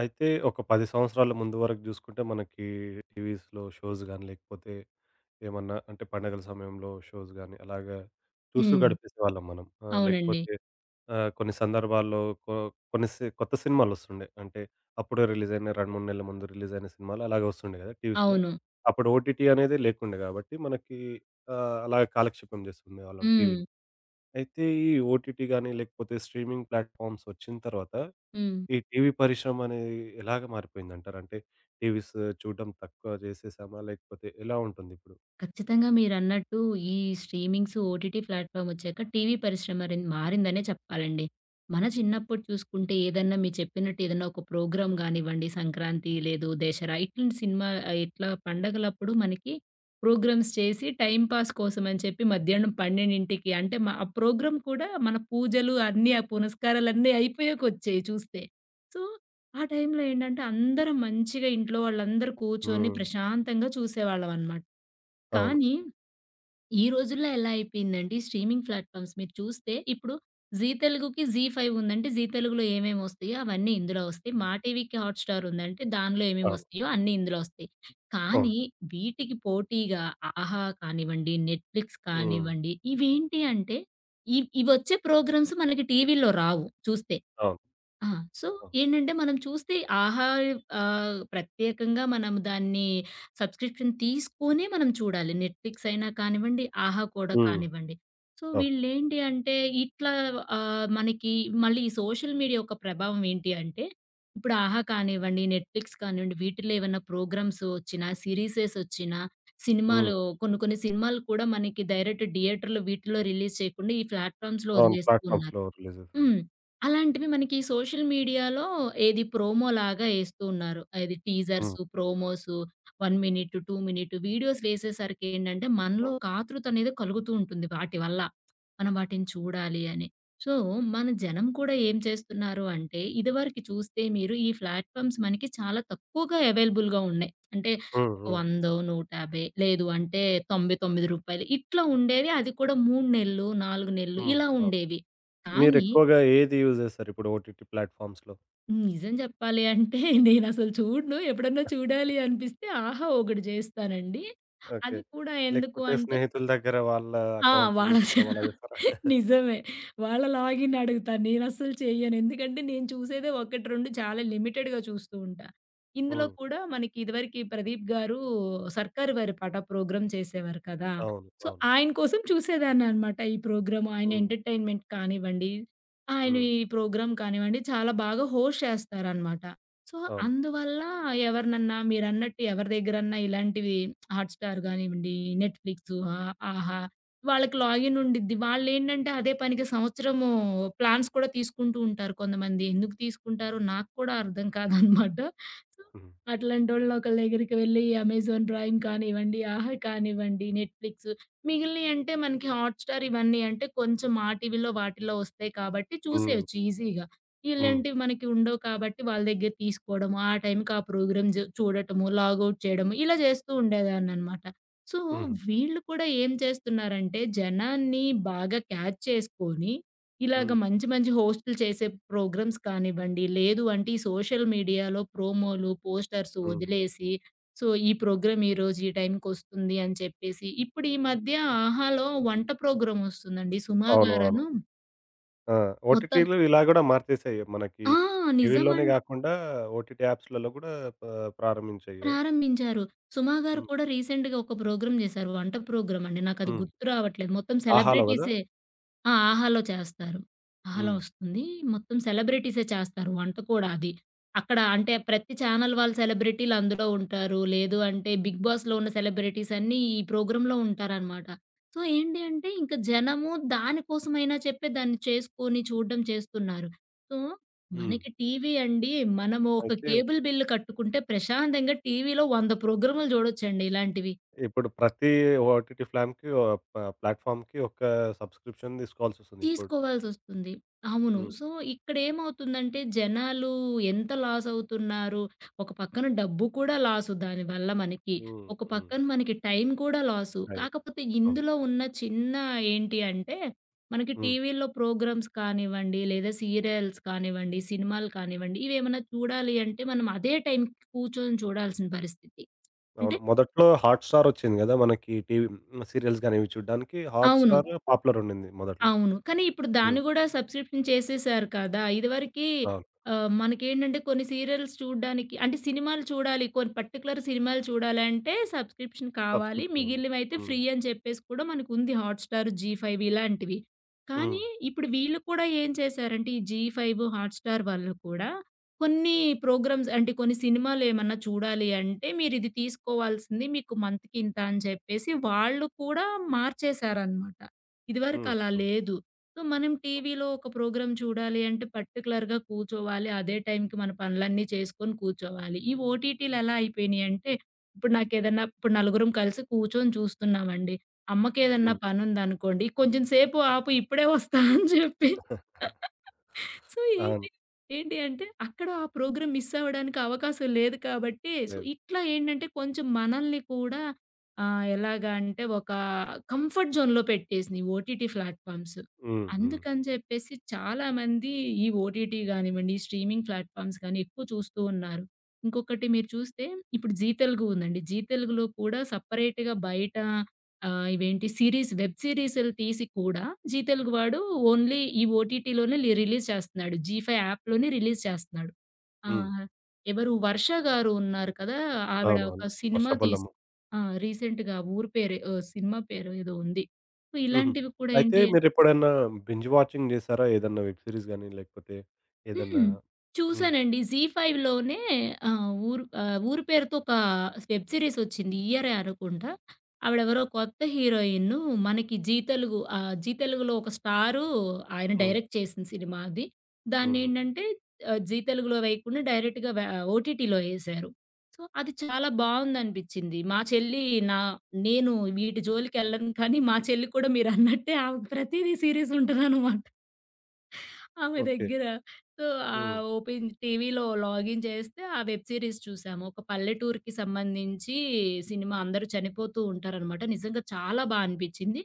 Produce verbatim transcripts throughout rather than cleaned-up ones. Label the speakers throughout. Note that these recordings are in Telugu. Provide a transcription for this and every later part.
Speaker 1: అయితే ఒక పది సంవత్సరాల ముందు వరకు జూసుకుంటే మనకి టీవీస్‌లో షోస్ గాని, లేకపోతే ఏమన్నా అంటే పండగల సమయంలో షోస్ గాని, అలాగా చూస్తూ
Speaker 2: హ్మ్.
Speaker 1: గడిపేసేవాళ్ళం మనం. ఆ!
Speaker 2: అవునండి.
Speaker 1: లేకపోతే ఆహ్, కొన్ని సందర్భాల్లో కొ కొన్ని సి కొత్త సినిమాలొస్తుండే. అంటే అప్పుడే రిలీజయిన రెండు, మూడు నెలల ముందు రిలీజయిన సినిమాలు అలాగే వస్తుండే గదా! టీవీస్‌లో.
Speaker 2: అవును.
Speaker 1: అప్పుడు ఓటీటీ అనేది లేకుండే గాబట్టి మనకి ఆహ్, అలాగే కాలక్షేపం జేస్తుండేవాళ్ళం
Speaker 2: హ్మ్.
Speaker 1: టీవీని. అయితే ఈ ఓటీటీ గాని, లేకపోతే స్ట్రీమింగ్ ప్లాట్‌ఫార్మ్స్ వచ్చిన తర్వాత
Speaker 2: హ్మ్.
Speaker 1: ఈ టీవీ పరిశ్రమ అనేది ఎలాగ మారిపోయిందంటారు? అంటే టీవీస్ చూడడం తక్కువ చేసేసామా? లేకపోతే ఎలా ఉంటుంది ఇప్పుడు?
Speaker 2: ఖచ్చితంగా మీరన్నట్టు ఈ స్ట్రీమింగ్స్, ఓటీటీ ప్లాట్‌ఫార్మ్ వచ్చాక టీవీ పరిశ్రమ రిన్ మారిందనే చెప్పాలండి. మన చిన్నప్పుడు చూసుకుంటే ఏదన్నా మీరు చెప్పినట్టు ఏదన్నా ఒక ప్రోగ్రామ్ గానివ్వండి, సంక్రాంతి లేదు దసరా ఇట్లాంటి సినిమా ఆహ్, ఇట్లా పండగలప్పుడు మనకి ప్రోగ్రామ్స్ చేసి టైమ్ పాస్ కోసం అని చెప్పి మధ్యాహ్నం పన్నెండుకి అంటే మ ఆ ప్రోగ్రామ్ కూడా మన పూజలు అన్నీ, ఆ పునస్కారాలన్నీ అయిపోయాకొచ్చేయి చూస్తే. సో, ఆ టైంలో ఏంటంటే అందరం మంచిగా ఇంట్లో వాళ్ళందరూ కూర్చొని
Speaker 1: హ్మ్.
Speaker 2: ప్రశాంతంగా చూసేవాళ్ళమనమాట.
Speaker 1: అవును.
Speaker 2: కానీ, ఈ రోజుల్లో ఎలా అయిపోయిందంటే ఈ స్ట్రీమింగ్ ప్లాట్‌ఫార్మ్స్ మీరు చూస్తే ఇప్పుడు 'జీ తెలుగు'కి 'జీ ఫైవ్' ఉందంటే 'జీ తెలుగు'లో ఏమేమి వస్తాయో అవన్నీ ఇందులో వస్తాయి.
Speaker 1: హ్మ్.
Speaker 2: 'మా టీవీకి హాట్‌స్టార్' ఉందంటే దానిలో ఏమేమి
Speaker 1: అవును.
Speaker 2: వస్తాయో అన్నీ ఇందులో వస్తాయి.
Speaker 1: అవును.
Speaker 2: కానీ వీటికి పోటీగా 'ఆహా' కానివ్వండి, 'నెట్‌ఫ్లిక్స్'
Speaker 1: హ్మ్.
Speaker 2: కానివ్వండి ఇవేంటి అంటే ఇవ్ ఇవొచ్చే ప్రోగ్రామ్స్ మనకి టీవీలో రావు చూస్తే.
Speaker 1: అవును.
Speaker 2: ఆ! సో,
Speaker 1: అవును.
Speaker 2: ఏంటంటే మనం చూస్తే ఆహా ఆహ్, ప్రత్యేకంగా మనం దాన్ని సబ్స్క్రిప్షన్ తీసుకొనే మనం చూడాలి. నెట్‌ఫ్లిక్స్ అయినా కానివ్వండి, ఆహా కూడా
Speaker 1: హ్మ్.
Speaker 2: కానివ్వండి. సో,
Speaker 1: అవును.
Speaker 2: వీళ్ళేంటి అంటే ఇట్లా ఆహ్, మనకి మళ్ళీ ఈ సోషల్ మీడియా యొక్క ప్రభావం ఏంటి అంటే, ఇప్పుడు ఆహా కానివ్వండి, నెట్‌ఫ్లిక్స్ కానివ్వండి, వీటిలో ఏవన్నా ప్రోగ్రామ్స్ వచ్చినా, సీరీసెస్ వచ్చినా,
Speaker 1: హ్మ్.
Speaker 2: సినిమాలు కొన్ని కొన్ని సినిమాలు కూడా మనకి డైరెక్ట్ థియేటర్‌లో వీటిలో రిలీజ్ చేయకుండా ఈ ప్లాట్‌ఫార్మ్స్‌లో
Speaker 1: అవును.
Speaker 2: వదిలేస్తూ ఉన్నారు.
Speaker 1: ప్లాట్‌ఫామ్స్‌లో రిలీజ్ చేస్తున్నారు.
Speaker 2: హ్మ్. అలాంటివి మనకి సోషల్ మీడియాలో ఏది ప్రోమోలాగా ఏస్తూ ఉన్నారు. అది
Speaker 1: హ్మ్.
Speaker 2: టీజర్సు, ప్రోమోసు ఒక మినిట్, రెండు మినిట్ వీడియోస్ వేసేసరికి ఏంటంటే, మనలో
Speaker 1: అవును.
Speaker 2: ఒక ఆతృత అనేది కలుగుతూ ఉంటుంది వాటి వల్ల. మనం వాటిని చూడాలి అని. సో, మన జనం కూడా ఏం చేస్తున్నారు అంటే, ఇదివరకు చూస్తే మీరు ఈ ప్లాట్‌ఫార్మ్స్ మనకి చాలా తక్కువగా అవైలబుల్‌గా ఉన్నాయి. అంటే
Speaker 1: హ్మ్.
Speaker 2: ఒక
Speaker 1: హ్మ్.
Speaker 2: వంద, నూట యాభై లేదు అంటే రూ. తొంభై తొమ్మిది ఇట్లా ఉండేవి. అది కూడా మూడు నెలలు, నాలుగు నెలలు
Speaker 1: హ్మ్.
Speaker 2: ఇలా
Speaker 1: అవును.
Speaker 2: ఉండేవి. కానీ
Speaker 1: మీరెక్కువగా ఏది యూజ్ చేస్తారు ఇప్పుడు ఓటీటీ ప్లాట్‌ఫామ్స్‌లో?
Speaker 2: హ్మ్. నిజం జెప్పాలి అంటే నేనసలు చూడను. ఎప్పుడన్నా చూడాలి అనిపిస్తే 'ఆహా' ఒకటి జేస్తానండి.
Speaker 1: ఓకే.
Speaker 2: అది కూడా ఎందుకు
Speaker 1: లేకపోతే
Speaker 2: అంటే
Speaker 1: స్నేహితుల దగ్గర వాళ్ళ
Speaker 2: ఆ!
Speaker 1: అకౌంట్స్
Speaker 2: వాళ్ళ చ
Speaker 1: తీసుకోవడం అలా చేస్తారా?
Speaker 2: నిజమే. వాళ్ళ లాగిన్ అడుగుతా. నేనస్సలు చెయ్యను. ఎందుకంటే నేను చూసేదే ఒకటి, రెండు చాలా లిమిటెడ్‌గా చూస్తూ ఉంటా. ఇందులో
Speaker 1: హ్మ్.
Speaker 2: కూడా మనకి ఇదివరకి ప్రదీప్ గారు 'సర్కారు వారి పాట' ప్రోగ్రామ్ చేసేవారు కదా!
Speaker 1: అవును.
Speaker 2: సో,
Speaker 1: అవును.
Speaker 2: ఆయన కోసం చూసేదాన్ననమాట. ఈ ప్రోగ్రామ్ ఆయన
Speaker 1: హ్మ్.
Speaker 2: ఎంటర్‌టైన్‌మెంట్ కానివ్వండి, ఆయన
Speaker 1: హ్మ్.
Speaker 2: ఈ ప్రోగ్రామ్ కానివ్వండి చాలా బాగా హోస్ట్ చేస్తారనమాట. సో,
Speaker 1: అవును.
Speaker 2: అందువల్ల ఎవరినన్నా మీరన్నట్టు ఎవరి దగ్గరన్నా ఇలాంటివి హాట్‌స్టార్ గానివ్వండి, నెట్‌ఫ్లిక్సు, ఆ ఆహా! వాళ్ళకి లాగిన్ ఉండిద్ది. వాళ్ళేంటంటే అదే పనికి సంవత్సరము ప్లాన్స్ కూడా తీసుకుంటూ ఉంటారు కొంతమంది. ఎందుకు తీసుకుంటారో నాకు కూడా అర్థం కాదనమాట. సో,
Speaker 1: హ్మ్.
Speaker 2: అట్లాంటోళ్ళ ఒకళ్ళ దగ్గరికి వెళ్లి అమెజాన్ ప్రైమ్ కానివ్వండి, ఆహా కానివ్వండి, నెట్‌ఫ్లిక్స్ మిగిలినయి అంటే మనకి హాట్‌స్టార్ ఇవన్నీ అంటే కొంచెం మా టీవీలో వాటిలో వస్తాయి కాబట్టి
Speaker 1: హ్మ్.
Speaker 2: చూసేయొచ్చు ఈజీగా.
Speaker 1: హ్మ్.
Speaker 2: ఈళ్ళేంటివి మనకి ఉండవు కాబట్టి వాళ్ళ దగ్గర తీసుకోవడము, ఆ టైంకి ఆ ప్రోగ్రామ్ జు చూడటము, లాగౌట్ చేయడము ఇలా చేస్తూ ఉండేదాన్ననమాట. సో,
Speaker 1: హుహు.
Speaker 2: వీళ్ళు కూడా ఏం చేస్తున్నారంటే, జనాన్ని బాగా క్యాచ్ చేసుకొని, ఇలాగ
Speaker 1: హ్మ్.
Speaker 2: మంచి మంచి హోస్ట్‌లు చేసే ప్రోగ్రామ్స్ కానివ్వండి, లేదు అంటే ఈ సోషల్ మీడియాలో ప్రోమోలు, పోస్టర్స్
Speaker 1: హ్మ్.
Speaker 2: వదిలేసి, సో, ఈ ప్రోగ్రామ్ ఈరోజు ఈ టైంకొస్తుంది అని చెప్పేసి, ఇప్పుడు ఈ మధ్య 'ఆహాలో' వంట ప్రోగ్రామ్ వస్తుందండి. 'సుమా
Speaker 1: అవును. అవును.
Speaker 2: గారను'
Speaker 1: ఆ!
Speaker 2: మొత్తం
Speaker 1: ఓటీటీలు ఇలా గూడా మార్చేసాయి. మనకి
Speaker 2: ఆ! నిజమం
Speaker 1: టీవీ‌లోనే గాకుండా ఓటీటీ యాప్స్‌లలో గూడా ప ప్రారంభించాయి గదా!
Speaker 2: ప్రారంభించారు. 'సుమా' గారు
Speaker 1: హ్మ్.
Speaker 2: కూడా రీసెంట్‌గా ఒక ప్రోగ్రామ్ చేశారు. వంట ప్రోగ్రామ్ అండి. నాకది
Speaker 1: హ్మ్.
Speaker 2: గుర్తు రావట్లేదు. మొత్తం
Speaker 1: ఆహాలో గదా!
Speaker 2: సెలబ్రిటీసే. ఆ! 'ఆహా'లో చేస్తారు. 'ఆహా'లో
Speaker 1: హ్మ్.
Speaker 2: వస్తుంది. మొత్తం సెలబ్రిటీసే చేస్తారు వంట కూడా అది. అక్కడ అంటే ప్రతి ఛానల్ వాళ్ళ సెలబ్రిటీలు అందులో ఉంటారు. లేదు అంటే 'బిగ్ బాస్‌లో' ఉన్న సెలబ్రిటీస్ అన్నీ ఈ ప్రోగ్రామ్‌లో ఉంటారనమాట. సో, ఏంటి అంటే ఇంక జనము దానికోసమైనా చెప్పి దాన్ని చేసుకొని చూడడం చేస్తున్నారు. సో,
Speaker 1: హ్మ్.
Speaker 2: మనకి టీవీ అండి మనము ఒక
Speaker 1: అయితే
Speaker 2: కేబుల్ బిల్లు కట్టుకుంటే ప్రశాంతంగా టీవీలో వంద ప్రోగ్రాములు చూడొచ్చండి ఇలాంటివి.
Speaker 1: ఇప్పుడు ప్రతి ఓటీటీ ఫ్లామ్‌కి ఓ ప ప్లాట్‌ఫార్మ్‌కి ఒక సబ్‌స్క్రిప్షన్ తీసుకోవాల్సొస్తుంది ఇప్పుడు.
Speaker 2: తీసుకోవాల్సొస్తుంది. అవును.
Speaker 1: హ్మ్.
Speaker 2: సో, ఇక్కడేమవుతుందంటే జనాలు ఎంత లాసవుతున్నారు. ఒక పక్కన డబ్బు కూడా లాసు దానివల్ల మనకి.
Speaker 1: హ్మ్.
Speaker 2: ఒక
Speaker 1: హ్మ్.
Speaker 2: పక్కన మనకి టైం కూడా లాసు.
Speaker 1: నయమే.
Speaker 2: కాకపోతే
Speaker 1: అవును.
Speaker 2: ఇందులో ఉన్న చిన్న ఏంటి అంటే, మనకి
Speaker 1: హ్మ్.
Speaker 2: టీవీల్లో ప్రోగ్రామ్స్ కానివ్వండి, లేదా సీరియల్స్ కానివ్వండి, సినిమాలు కానివ్వండి, ఇవేమన్నా చూడాలి అంటే మనం అదే టైంకి కూర్చొని చూడాల్సిన పరిస్థితి. అంటే
Speaker 1: అవును. మొదట్లో హాట్‌స్టార్ ఒచ్చింది గదా! మనకి టీవీ సీరియల్స్ గాని ఇవి చూడ్డానికి
Speaker 2: అవును.
Speaker 1: హాట్‌స్టార్ పాపులర్ ఉండింది మొదట్లో.
Speaker 2: అవును. కానీ ఇప్పుడు
Speaker 1: హ్మ్.
Speaker 2: దాన్ని గూడా సబ్‌స్క్రిప్షన్ చేసేసారు కదా! ఇదివరకి
Speaker 1: అవును.
Speaker 2: ఆహ్, మనకేంటంటే కొన్ని సీరియల్స్ చూడ్డానికి అంటే సినిమాలు చూడాలి. కొన్ని పర్టిక్యులర్ సినిమాలు చూడాలంటే సబ్‌స్క్రిప్షన్ కావాలి.
Speaker 1: సబ్‌స్క్రిప్షన్ ఉంది.
Speaker 2: మిగిలినవైతే ఫ్రీ
Speaker 1: హ్మ్.
Speaker 2: అని చెప్పేసి కూడా మనకుంది హాట్‌స్టార్, జీ ఫైవ్ ఇలాంటివి.
Speaker 1: హ్మ్.
Speaker 2: కానీ ఇప్పుడు వీళ్ళు కూడా ఏం చేశారంటే ఈ జీ ఫైవ్, హాట్‌స్టార్ వాళ్ళు కూడా కొన్ని ప్రోగ్రామ్స్ అంటే కొన్ని సినిమాలేమన్నా చూడాలి అంటే మీరిది తీసుకోవాల్సింది మీకు మంత్‌కి ఇంత అని చెప్పేసి వాళ్ళు కూడా మార్చేశారనమాట. ఇదివరకు
Speaker 1: హ్మ్.
Speaker 2: అలా
Speaker 1: హ్మ్.
Speaker 2: లేదు. సో, మనం టీవీలో ఒక ప్రోగ్రామ్ చూడాలి అంటే పర్టిక్యులర్‌గా కూర్చోవాలి. అదే టైంకి మన పనులన్నీ చేసుకొని కూర్చోవాలి. ఈ ఓటీటీలు ఎలా అయిపోయినాయి అంటే, ఇప్పుడు నాకేదన్నా ఇప్పుడు నలుగురం కలిసి కూర్చొని చూస్తున్నామండి. అమ్మకేదన్నా
Speaker 1: హ్మ్.
Speaker 2: పనుందనుకోండి, "కొంచెం సేపు ఆపు ఇప్పుడే వస్తా" అని చెప్పి సో, ఏంటి,
Speaker 1: అవును.
Speaker 2: ఏంటి అంటే అక్కడ ఆ ప్రోగ్రామ్ మిస్ అవ్వడానికి అవకాశం లేదు కాబట్టి, సో,
Speaker 1: లేదు.
Speaker 2: ఇట్లా ఏంటంటే కొంచెం మనల్ని కూడా ఆహ్, ఎలాగా అంటే ఒక కంఫర్ట్ జోన్‌లో పెట్టేసినియి ఓటీటీ ప్లాట్‌ఫామ్స్.
Speaker 1: హ్మ్. హ్మ్.
Speaker 2: అందుకని చెప్పేసి చాలామంది ఈ ఓటీటీ గానివ్వండి, ఈ స్ట్రీమింగ్ ప్లాట్‌ఫామ్స్ గాని ఎక్కువ చూస్తూ ఉన్నారు. ఇంకొకటి మీరు చూస్తే ఇప్పుడు జీ తెలుగు ఉందండి. జీ తెలుగులో కూడా సెపరేట్‌గా బయట ఆహ్, ఇవేంటి సీరీస్ వెబ్ సీరీస్‌లు తీసి కూడా జీ తెలుగు వాడు ఓన్లీ ఈ ఓటీటీలోనే లి రిలీజ్ చేస్తున్నాడు. జీ ఫైవ్ యాప్‌లోనే రిలీజ్ చేస్తున్నాడు. ఆ!
Speaker 1: హ్మ్.
Speaker 2: ఎవరు 'వర్ష' గారు ఉన్నారు కదా! ఆవిడ ఒక
Speaker 1: అవునవును.
Speaker 2: సినిమా తీస్
Speaker 1: వర్షబల్లము.
Speaker 2: ఆ! రీసెంట్‌గా ఊరి పేరు ఆహ్, సినిమా పేరు ఏదో ఉంది. సో,
Speaker 1: హుహు.
Speaker 2: ఇలాంటివి కూడా
Speaker 1: అయితే
Speaker 2: ఏంటి
Speaker 1: మీరెప్పుడన్నా బింజ్ వాచింగ్ చేసారా? ఏదన్నా వెబ్ సీరీస్ గాని లేకపోతే ఏదన్నా?
Speaker 2: హ్మ్.
Speaker 1: హ్మ్.
Speaker 2: చూసానండి. జీ ఫైవ్‌లోనే ఆహ్, ఊరు ఆహ్, ఊరు పేరుతో ఒక వెబ్ సీరీస్ వచ్చింది. ఈ ఇయరే అనుకుంటా. ఆవిడెవరో కొత్త హీరోయిన్ను మనకి జీ తెలుగు ఆహ్, జీ తెలుగులో ఒక స్టారు ఆయన
Speaker 1: హ్మ్.
Speaker 2: డైరెక్ట్ చేసిన సినిమా అది.
Speaker 1: హ్మ్.
Speaker 2: దాన్నేంటంటే ఆహ్, జీ తెలుగులో వేయకుండా డైరెక్ట్‌గా వే ఓటీటీలో ఏశారు. సో, అది చాలా బావుందనిపిచ్చింది. మా చెల్లి నా నేను వీటి జోలికెళ్ళను కానీ మా చెల్లి కూడా మీరన్నట్టే ఆమెకు ప్రతీదీ సీరీస్ ఉంటదనమాట. ఆమె
Speaker 1: ఓకే.
Speaker 2: దగ్గర. సో,
Speaker 1: హ్మ్.
Speaker 2: ఆహ్, ఓపెన్ టీవీలో లాగిన్ చేస్తే ఆ వెబ్ సిరీస్ చూసాము. ఒక పల్లెటూరికి సంబంధించి సినిమా అందరూ చనిపోతూ ఉంటారనమాట. నిజంగా చాలా బా అనిపిచ్చింది.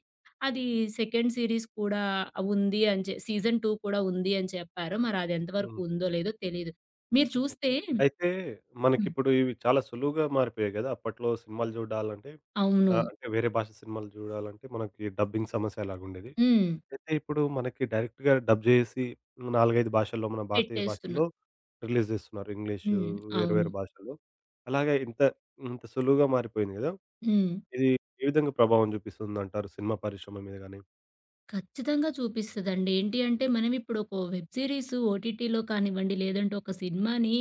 Speaker 2: అది సెకండ్ సీరీస్ కూడా ఉంది అని చె సీజన్ రెండు కూడా ఉంది అని చెప్పారు. మరి అది ఎంతవరకు
Speaker 1: హ్మ్.
Speaker 2: ఉందో లేదో తెలీదు. మీరు
Speaker 1: ఓకే.
Speaker 2: చూస్తే
Speaker 1: అయితే
Speaker 2: హ్మ్.
Speaker 1: మనకిప్పుడు ఇవి చాలా సులువుగా మారిపోయాయి గదా! అప్పట్లో సినిమాలు చూడాలంటే
Speaker 2: అవును.
Speaker 1: ఆహ్, అంటే వేరే భాష సినిమాలు చూడాలంటే మనకి డబ్బింగ్ సమస్య అలాగుండేది.
Speaker 2: హ్మ్.
Speaker 1: అయితే ఇప్పుడు మనకి డైరెక్ట్‌గా డబ్ జేసి నాలుగు, ఐదు భాషల్లో మన భారతీయ
Speaker 2: పెట్టేస్తున్నా.
Speaker 1: భాషల్లో రిలీజ్ జేస్తున్నారు. ఇంగ్లీషు,
Speaker 2: హ్మ్.
Speaker 1: వేరు
Speaker 2: అవును.
Speaker 1: వేరు భాషల్లో. అలాగే ఇంత ఇంత సులువుగా మారిపోయింది గదా!
Speaker 2: హ్మ్.
Speaker 1: ఇది ఏ విధంగా ప్రభావం జూపిస్తుందంటారు సినిమా పరిశ్రమ మీద గాని?
Speaker 2: ఖచ్చితంగా చూపిస్తదండి. ఏంటి అంటే, మనం ఇప్పుడు ఒక వెబ్ సీరీస్ ఓటీటీలో కానివ్వండి, లేదంటే ఒక సినిమాని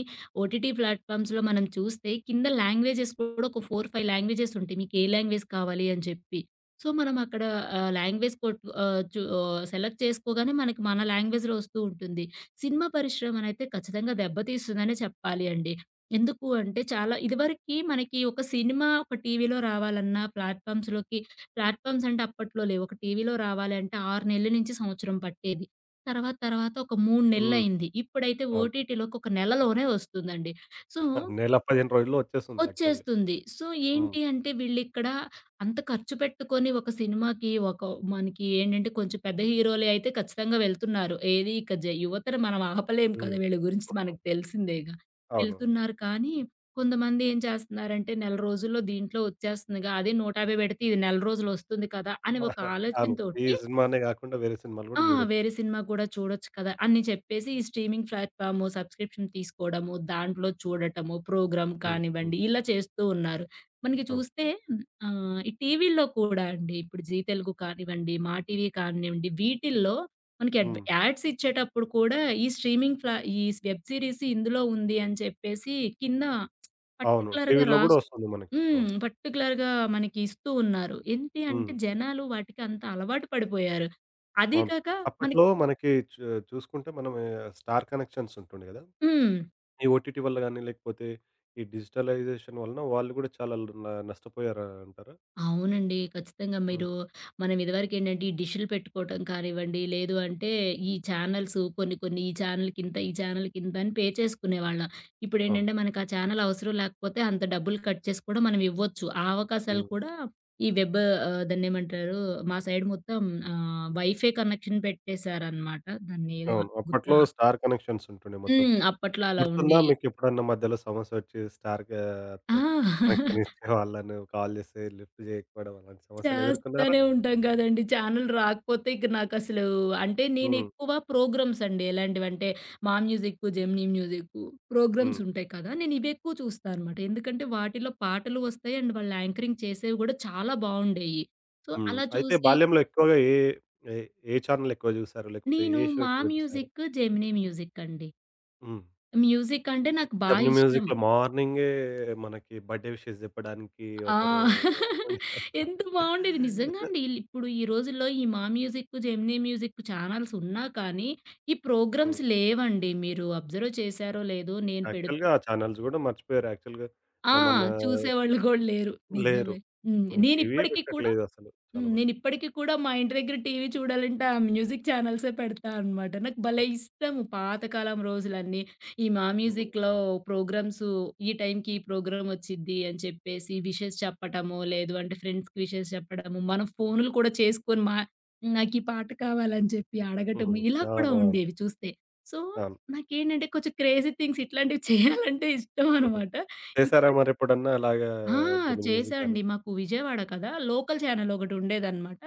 Speaker 2: ఓటీటీ ప్లాట్‌ఫామ్స్‌లో మనం చూస్తే కింద లాంగ్వేజెస్ కూడా ఒక నాలుగు, ఐదు లాంగ్వేజెస్ ఉంటాయి. మీకు ఏ లాంగ్వేజ్ కావాలి అని చెప్పి. సో, మనం అక్కడ ఆహ్, లాంగ్వేజ్ కొట్ ఆహ్, చు ఆహ్, సెలెక్ట్ చేసుకోగానే మనకి మన లాంగ్వేజ్‌లో వస్తూ ఉంటుంది. సినిమా పరిశ్రమనైతే ఖచ్చితంగా దెబ్బతీస్తుందనే చెప్పాలి అండి. ఎందుకు అంటే, చాలా ఇదివరకి మనకి ఒక సినిమా ఒక టీవీలో రావాలన్నా ప్లాట్‌ఫామ్స్‌లోకి ప్లాట్‌ఫార్మ్స్ అంటే అప్పట్లో లేవు. ఒక టీవీలో రావాలంటే ఆరు నెలల నుంచి సంవత్సరం పట్టేది. తర్వాత తర్వాత ఒక మూడు
Speaker 1: హ్మ్.
Speaker 2: నెలలయింది. ఇప్పుడైతే
Speaker 1: అవును.
Speaker 2: ఓటీటీలోకి ఒక నెలలోనే వస్తుందండి. సో
Speaker 1: నెల పదిహేను రోజుల్లో వచ్చేస్తుంది యాక్చువల్‌గా.
Speaker 2: వచ్చేస్తుంది. సో,
Speaker 1: హ్మ్.
Speaker 2: ఏంటి అంటే వీళ్ళిక్కడ అంత ఖర్చు పెట్టుకొని ఒక సినిమాకి ఒక మనకి ఏంటంటే కొంచెం పెద్ద హీరోలే అయితే ఖచ్చితంగా వెళ్తున్నారు. ఏది ఇక జ యువతను మనం ఆపలేం కదా!
Speaker 1: హ్మ్.
Speaker 2: వీళ్ళ గురించి మనకు తెలిసిందేగా.
Speaker 1: అవును. అవును.
Speaker 2: వెళ్తున్నారు కానీ, కొంతమంది ఏం చేస్తున్నారంటే నెల రోజుల్లో దీంట్లో వచ్చేస్తుందిగా. అదే నూట యాభై పెడితే ఇది నెల రోజులొస్తుంది కదా! అని ఒక
Speaker 1: అవును. ఈ
Speaker 2: ఆలోచనతోటి
Speaker 1: సినిమానే గాకుండా వేరే సినిమాలు
Speaker 2: ఆ!
Speaker 1: గూడా జూడొచ్చు.
Speaker 2: వేరే సినిమా కూడా చూడొచ్చు కదా! అని చెప్పేసి ఈ స్ట్రీమింగ్ ప్లాట్‌ఫార్మ్ సబ్స్క్రిప్షన్ తీసుకోవడము, దాంట్లో చూడటము, ప్రోగ్రామ్
Speaker 1: హ్మ్. హ్మ్.
Speaker 2: కానివ్వండి, ఇలా చేస్తూ ఉన్నారు. మనకి
Speaker 1: అవును.
Speaker 2: చూస్తే ఆహ్, ఈ టీవీల్లో కూడా అండి ఇప్పుడు జీ తెలుగు కానివ్వండి, మా టీవీ కానివ్వండి, వీటిల్లో మనకి అడ్
Speaker 1: హ్మ్.
Speaker 2: యాడ్స్ ఇచ్చేటప్పుడు కూడా ఈ స్ట్రీమింగ్ ప్లా ఈ వెబ్ సీరీస్ ఇందులో ఉంది అని చెప్పేసి కింద
Speaker 1: అవును.
Speaker 2: పర్టిక్యులర్‌గా
Speaker 1: టీవీలో గూడా
Speaker 2: రాస్
Speaker 1: ఒస్తుంది మనకి.
Speaker 2: హ్మ్.
Speaker 1: అవును.
Speaker 2: పర్టిక్యులర్‌గా మనకి ఇస్తూ ఉన్నారు. ఏంటి అంటే
Speaker 1: హ్మ్.
Speaker 2: జనాలు వాటికి అంత అలవాటు పడిపోయారు. అదీ
Speaker 1: అవును.
Speaker 2: కాక మనకి
Speaker 1: అప్పట్లో మనకి చు చూసుకుంటే మనం, ఆహ్, స్టార్ కనెక్షన్స్ ఉంటుండే గదా!
Speaker 2: హ్మ్.
Speaker 1: ఈ ఓటీటీ వల్ల గాని, లేకపోతే ఈ డిజిటలైజేషన్ వలన వాళ్ళు గూడా చాలా ల్ న నష్టపోయారా అంటారా?
Speaker 2: అవునండి. ఖచ్చితంగా
Speaker 1: హ్మ్.
Speaker 2: మీరు మనం ఇదివరకేంటంటే ఈ డిష్‌లు పెట్టుకోవటం కానివ్వండి, లేదు అంటే ఈ ఛానెల్స్ కొన్ని కొన్ని ఈ ఛానెల్‌కింత, ఈ ఛానెల్‌కింత అని పే చేసుకునేవాళ్ళం.
Speaker 1: అవును.
Speaker 2: ఇప్పుడేంటంటే మనకు ఆ ఛానెల్ అవసరం లేకపోతే అంత డబ్బులు కట్ చేసి కూడా మనం ఇవ్వచ్చు. ఆ అవకాశాలు
Speaker 1: హ్మ్.
Speaker 2: కూడా ఈ వెబ్ ఆహ్, దాన్నేమంటారు మా సైడ్ మొత్తం ఆహ్, వైఫై కనెక్షన్ పెట్టేశారనమాట. దాన్నేదో
Speaker 1: అవును.
Speaker 2: గుర్తు
Speaker 1: అప్పట్లో
Speaker 2: రా
Speaker 1: స్టార్ కనెక్షన్స్ ఉంటుండే మొత్తం.
Speaker 2: హ్మ్. అప్పట్లో అలా
Speaker 1: గుర్తుందా
Speaker 2: ఉండేయి.
Speaker 1: మీకెప్పుడన్నా మధ్యలో సమస్యొచ్చి స్టార్‌గా త
Speaker 2: ఆ!
Speaker 1: కనెక్షన్ ఇచ్చేవాళ్ళని కాల్ జేస్తే లిఫ్ట్ జేయకపోవడం అలాంటి సమస్యలు ఎదుర్కొన్నారా?
Speaker 2: చేస్తానే ఉంటాం గదండీ. ఛానల్ రాకపోతే ఇక నాకసలు అంటే
Speaker 1: హ్మ్.
Speaker 2: నేనెక్కువ ప్రోగ్రామ్స్ అండి. ఎలాంటివంటే, మా మ్యూజిక్కు, జెమినీ మ్యూజిక్కు
Speaker 1: హ్మ్.
Speaker 2: ప్రోగ్రామ్స్ ఉంటాయి కదా! నేనివి ఎక్కువ చూస్తా అనమాట. ఎందుకంటే వాటిలో పాటలు వస్తాయి అండ్ వాళ్ళు యాంకరింగ్ చేసేవి గూడా చాలా బావుండేయి. సో,
Speaker 1: హ్మ్.
Speaker 2: అలా
Speaker 1: అయితే
Speaker 2: చూసి
Speaker 1: బాల్యంలో ఎక్కువగా ఏ ఏ ఏ ఛానెల్ ఎక్కువ జూసారు? లేకపోతే
Speaker 2: నేను
Speaker 1: ఏ షో
Speaker 2: మా
Speaker 1: ఎక్కువగా జూసారు?
Speaker 2: మ్యూజిక్కు, జెమినీ మ్యూజిక్ అండి.
Speaker 1: హ్మ్.
Speaker 2: మ్యూజిక్ అంటే నాకు బా
Speaker 1: జెమినీ
Speaker 2: ఇష్టం.
Speaker 1: మ్యూజిక్‌లో మార్నింగే మనకి బర్త్‌డే విషెస్ జెప్పడానికి
Speaker 2: ఆ!
Speaker 1: ఒకరు.
Speaker 2: ఎంత బావుండేది. నిజంగా అండి. ఇప్పుడు ఈ రోజుల్లో ఈ మా మ్యూజిక్, జెమినీ మ్యూజిక్ ఛానల్స్ ఉన్నా కానీ, ఈ
Speaker 1: హ్మ్.
Speaker 2: ప్రోగ్రామ్స్ లేవండి. మీరు అబ్జర్వ్ చేశారో లేదో నేను పెడుతూ
Speaker 1: యాక్చువల్‌గా ఆ ఛానెల్స్ గూడా మర్చిపోయారు యాక్చువల్‌గా.
Speaker 2: ఆ!
Speaker 1: ఆహ్, మన
Speaker 2: చూసేవాళ్ళు గూడా లేరు.
Speaker 1: లేరు.
Speaker 2: నిజమే. హ్మ్.
Speaker 1: హ్మ్. టీవీయే
Speaker 2: నేనిప్పటికి కూడా
Speaker 1: పెట్టట్లేదసలు
Speaker 2: హ్మ్.
Speaker 1: చాలా మంది.
Speaker 2: నేనిప్పటికి కూడా మా ఇంటి దగ్గర టీవీ చూడాలంటే ఆ మ్యూజిక్ ఛానల్సే పెడతా అనమాట. నాకు భలే
Speaker 1: హ్మ్.
Speaker 2: ఇష్టము పాతకాలం రోజులన్నీ. ఈ మా మ్యూజిక్‌లో
Speaker 1: హ్మ్.
Speaker 2: ప్రోగ్రామ్స్ ఈ టైంకి ఈ ప్రోగ్రామ్ వచ్చిద్ది అని చెప్పేసి విషెస్ చెప్పటము, లేదు అంటే ఫ్రెండ్స్‌కి విషెస్ చెప్పడము, మనం ఫోనులు కూడా చేసుకొని మా నాకీ పాట కావాలని చెప్పి అడగటము
Speaker 1: హ్మ్.
Speaker 2: ఇలా కూడా
Speaker 1: అవునవును.
Speaker 2: ఉండేవి చూస్తే. సో,
Speaker 1: అవును.
Speaker 2: నాకేంటంటే కొంచెం క్రేజీ థింగ్స్ ఇట్లాంటివి చేయాలంటే ఇష్టం అనమాట.
Speaker 1: చేసారా
Speaker 2: ఇప్పటి
Speaker 1: మరెప్పుడన్నా అలాగా
Speaker 2: ఆ!
Speaker 1: జెమినీ
Speaker 2: చేశా
Speaker 1: మ్యూజిక్ గాని?
Speaker 2: అండి. మాకు విజయవాడ కదా! లోకల్ ఛానెల్ ఒకటుండేదనమాట.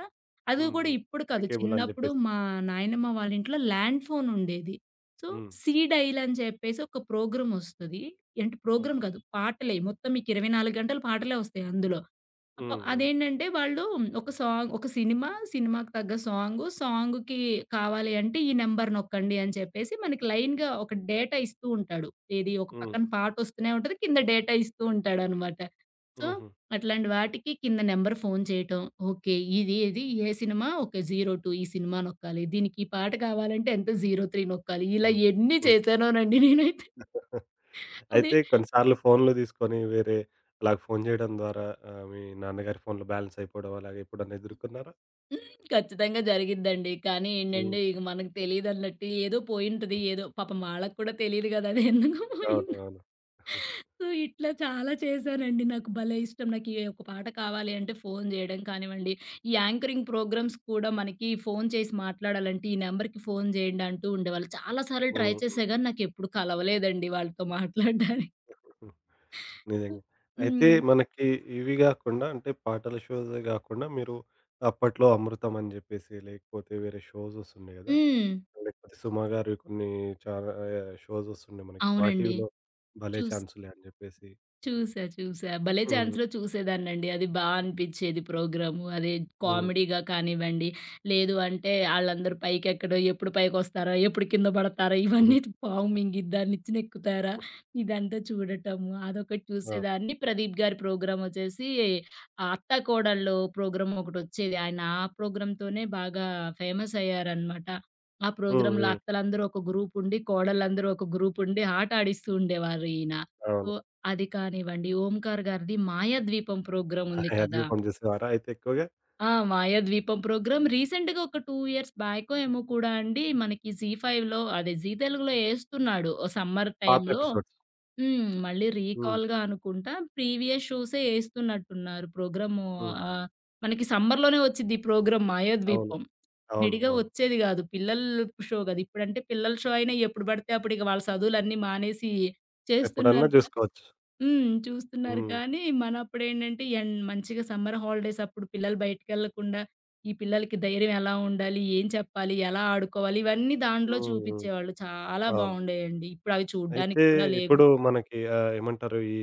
Speaker 2: అది కూడా
Speaker 1: హ్మ్.
Speaker 2: ఇప్పుడు
Speaker 1: సిటీ
Speaker 2: కాదు.
Speaker 1: కేబుల్ అని
Speaker 2: చిన్నప్పుడు
Speaker 1: జెప్పేసి.
Speaker 2: మా నాయనమ్మ వాళ్ళ ఇంట్లో ల్యాండ్ ఫోన్ ఉండేది. సో,
Speaker 1: హ్మ్.
Speaker 2: సీ డైల్ అని చెప్పేసి ఒక ప్రోగ్రామ్ ఒస్తది. ఏంటి ప్రోగ్రామ్
Speaker 1: ఓకే.
Speaker 2: కాదు. పాటలే మొత్తం మీకు ఇరవై నాలుగు గంటలు పాటలే వస్తాయి అందులో. అ
Speaker 1: హ్మ్. హ్మ్.
Speaker 2: అదేంటంటే వాళ్ళు ఒక సాంగ్ ఒక సినిమా, సినిమాకి తగ్గ సాంగు, సాంగుకి కావాలి అంటే ఈ నంబర్ నొక్కండి అని చెప్పేసి మనకి లైన్‌గా ఒక డేటా ఇస్తూ ఉంటాడు. ఏది ఒక
Speaker 1: హ్మ్.
Speaker 2: పక్కన పాటొస్తూనే ఉంటది. కింద డేటా ఇస్తూ ఉంటాడనమాట. సో,
Speaker 1: హుహు.
Speaker 2: అట్లాంటి వాటికి కింద నంబర్ ఫోను చేయటం. ఓకే. ఇది ఏది ఏ సినిమా ఓకే. జీరో టూ ఈ సినిమా నొక్కాలి. దీనికి ఈ పాట కావాలంటే ఎంత జీరో త్రీ నొక్కాలి. ఇలా
Speaker 1: హ్మ్.
Speaker 2: ఎన్ని
Speaker 1: హ్మ్.
Speaker 2: చేశానోనండి నేనైతే.
Speaker 1: అయితే కొన్నిసార్లు ఫోన్లు తీసుకొని వేరే అలాగ ఫోను జేయడం ద్వారా, ఆహ్, మీ నాన్నగారి ఫోన్‌లో బ్యాలెన్స్ అయిపోవడం అలాగ ఎప్పుడన్నా ఎదుర్కొన్నారా?
Speaker 2: ఖచ్చితంగా జరిగిద్దండి. కానీ
Speaker 1: హ్మ్.
Speaker 2: ఏంటంటే ఇక మనకు తెలీదన్నట్టు ఏదో పోయుంటది. ఏదో పాపం వాళ్ళకి కూడా తెలీదు గదా! అది ఎందుకు పోయిందో.
Speaker 1: అవునవును.
Speaker 2: సో, ఇట్లా చాలా చేశానండి. నాకు భలే ఇష్టం. నాకు ఏ ఒక పాట కావాలి అంటే ఫోను జేయడం కానివ్వండి, ఈ యాంకరింగ్ ప్రోగ్రామ్స్ కూడా మనకి ఫోను చేసి మాట్లాడాలంటే, ఈ నంబర్‌కి ఫోను జేయండి అంటూ ఉండేవాళ్ళు. చాలా సార్లు ట్రై
Speaker 1: హ్మ్.
Speaker 2: చేశా గానీ నాకెప్పుడు కలవలేదండి వాళ్ళతో మాట్లాడడానికి.
Speaker 1: హ్మ్.
Speaker 2: సో
Speaker 1: నిజంగా. అయితే
Speaker 2: హ్మ్.
Speaker 1: మనకి ఇవి గాకుండా, అంటే పాటల షోస్ గాకుండా, మీరు అప్పట్లో 'అమృతం' అని జెప్పేసి లేకపోతే వేరే షోస్ ఒస్తుండే గదా!
Speaker 2: హ్మ్.
Speaker 1: లేకపోతే 'సుమ' గారివి కొన్ని చాలా ఆహ్, షోస్ ఒస్తుండే మనకి. మా
Speaker 2: అవునండి.
Speaker 1: టీవీలో 'భలే
Speaker 2: చూస్
Speaker 1: ఛాన్సులే' అని జెప్పేసి.
Speaker 2: చూసా. చూసా. భలే
Speaker 1: హ్మ్.
Speaker 2: ఛాన్స్‌లో చూసేదాన్నండి. అది బా అనిపిచ్చేది ప్రోగ్రాము. అది
Speaker 1: హ్మ్.
Speaker 2: కామెడీగా కానివ్వండి, లేదు అంటే ఆళ్ళందరూ పైకెక్కడం, ఎప్పుడు పైకొస్తారా? ఎప్పుడు కింద పడతారా? ఇవన్నీ పాము మింగిద్దా? నిచ్చెనెక్కుతారా? ఇదంతా చూడటము. అదొకటి
Speaker 1: ఆ!
Speaker 2: చూసేదాన్ని. ప్రదీప్ గారి ప్రోగ్రామొచ్చేసి ఆహ్, అత్తా కోడళ్ళు ప్రోగ్రామొకటొచ్చేది. ఆయన ఆ ప్రోగ్రామ్‌తోనే బాగా ఫేమస్ అయ్యారనమాట. ఆ
Speaker 1: హ్మ్.
Speaker 2: ప్రోగ్రామ్‌లో
Speaker 1: హ్మ్.
Speaker 2: అత్తలందరూ ఒక గ్రూపుండి, కోడళ్ళందరూ ఒక గ్రూపుండి ఆట ఆడిస్తూ ఉండేవారు ఈయన. సో
Speaker 1: అవును.
Speaker 2: అది కానివ్వండి, 'ఓంకార్' గారిది 'మాయాద్వీపం' ప్రోగ్రామ్ ఉంది
Speaker 1: అవి
Speaker 2: కదా!
Speaker 1: పనిచేసేవారా అయితే ఎక్కువగా?
Speaker 2: ఆ! 'మాయాద్వీపం' ప్రోగ్రామ్ రీసెంట్‌గా ఒక రెండు ఇయర్స్ బ్యాకో ఏమో కూడా అండి మనకి జీ ఫైవ్‌లో అదే జీ తెలుగులో ఏస్తున్నాడు. సమ్మర్
Speaker 1: పాత
Speaker 2: టైమ్‌లో
Speaker 1: ఎపిసోడ్స్.
Speaker 2: హ్మ్. మళ్ళీ
Speaker 1: హ్మ్.
Speaker 2: రీకాల్‌గా అనుకుంటా ప్రీవియస్ షోసే ఏస్తున్నట్టున్నారు ప్రోగ్రాము.
Speaker 1: హ్మ్.
Speaker 2: ఆహ్, మనకి సమ్మర్‌లోనే వచ్చిద్ది ఈ ప్రోగ్రామ్
Speaker 1: అవును.
Speaker 2: 'మాయాద్వీపం.'
Speaker 1: అవును.
Speaker 2: విడిగా
Speaker 1: అవును.
Speaker 2: వచ్చేది గాదు. పిల్లల షో గదా! ఇప్పుడంటే పిల్లల షో అయినా ఎప్పుడు బడితే అప్పుడు ఇక వాళ్ళ చదువులన్నీ మానేసి
Speaker 1: ఎప్పుడన్నా
Speaker 2: చేస్తున్నారు.
Speaker 1: జూసుకోవచ్చు.
Speaker 2: హ్మ్. చూస్తున్నారు
Speaker 1: హ్మ్.
Speaker 2: కానీ, మనప్పుడేంటంటే ఎండ్ మంచిగా సమ్మర్ హాలిడేస్ అప్పుడు పిల్లలు బయటికెళ్ళకుండా, ఈ పిల్లలకి ధైర్యం ఎలా ఉండాలి? ఏం చెప్పాలి? ఎలా ఆడుకోవాలి? ఇవన్నీ దాంట్లో
Speaker 1: హ్మ్. హ్మ్.
Speaker 2: చూపిచ్చేవాళ్ళు. చాలా
Speaker 1: అవును.
Speaker 2: బావుండేయండి. ఇప్పుడు అవి చూడ్డానికి
Speaker 1: అయితే
Speaker 2: కూడా లేవు.
Speaker 1: ఇప్పుడు మనకి, ఆహ్, ఏమంటారు, ఈ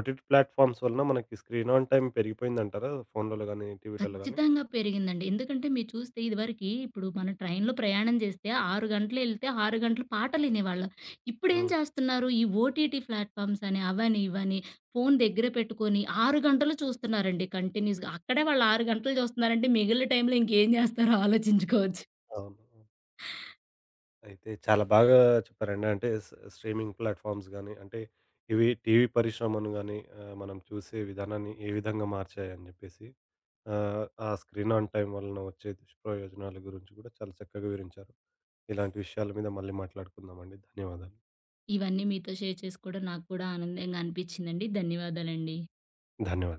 Speaker 1: ఓటీటీ ప్లాట్‌ఫార్మ్స్ వలన మనకి స్క్రీన్ ఆన్ టైమ్ పెరిగిపోయిందంటారా? ఫోన్‌లలో గాని, టీవీలలో గాని?
Speaker 2: ఖచ్చితంగా పెరిగిందండి. ఎందుకంటే మీరు చూస్తే ఇదివరకి ఇప్పుడు మనం ట్రైన్‌లో ప్రయాణం చేస్తే ఆరు గంటలు ఎళ్తే ఆరు గంటలు పాటలు వినేవాళ్ళం. ఇప్పుడేం
Speaker 1: హ్మ్.
Speaker 2: చేస్తున్నారు ఈ ఓటీటీ ప్లాట్‌ఫార్మ్స్ అని అవని ఇవని ఫోను దగ్గర పెట్టుకొని ఆరు గంటలు చూస్తున్నారండి కంటిన్యూస్‌గా. అక్కడే వాళ్ళు ఆరు గంటలు చూస్తున్నారంటే మిగిలిన టైంలో ఇంకేం చేస్తారో ఆలోచించుకోవచ్చు.
Speaker 1: అవును. అయితే చాలా బాగా చెప్పారండి. అంటే స్ స్ట్రీమింగ్ ప్లాట్‌ఫార్మ్స్ గాని, అంటే ఇవి టీవీ పరిశ్రమను గాని, ఆహ్, మనం చూసే విధానాన్ని ఏ విధంగా మార్చాయని జెప్పేసి, ఆహ్, ఆ ఆ స్క్రీన్ ఆన్ టైమ్ వలన వచ్చే దుష్ప్రయోజనాల గురించి గూడా చాలా చక్కగా వివరించారు. ఇలాంటి విషయాల మీద మళ్ళీ మాట్లాడుకుందామండి. ధన్యవాదాలు.
Speaker 2: ఇవన్నీ మీతో షేర్ చేసుకోవడం నాకు కూడా ఆనందంగా అనిపించిందండి. ధన్యవాదాలండి.
Speaker 1: ధన్యవాదాలు.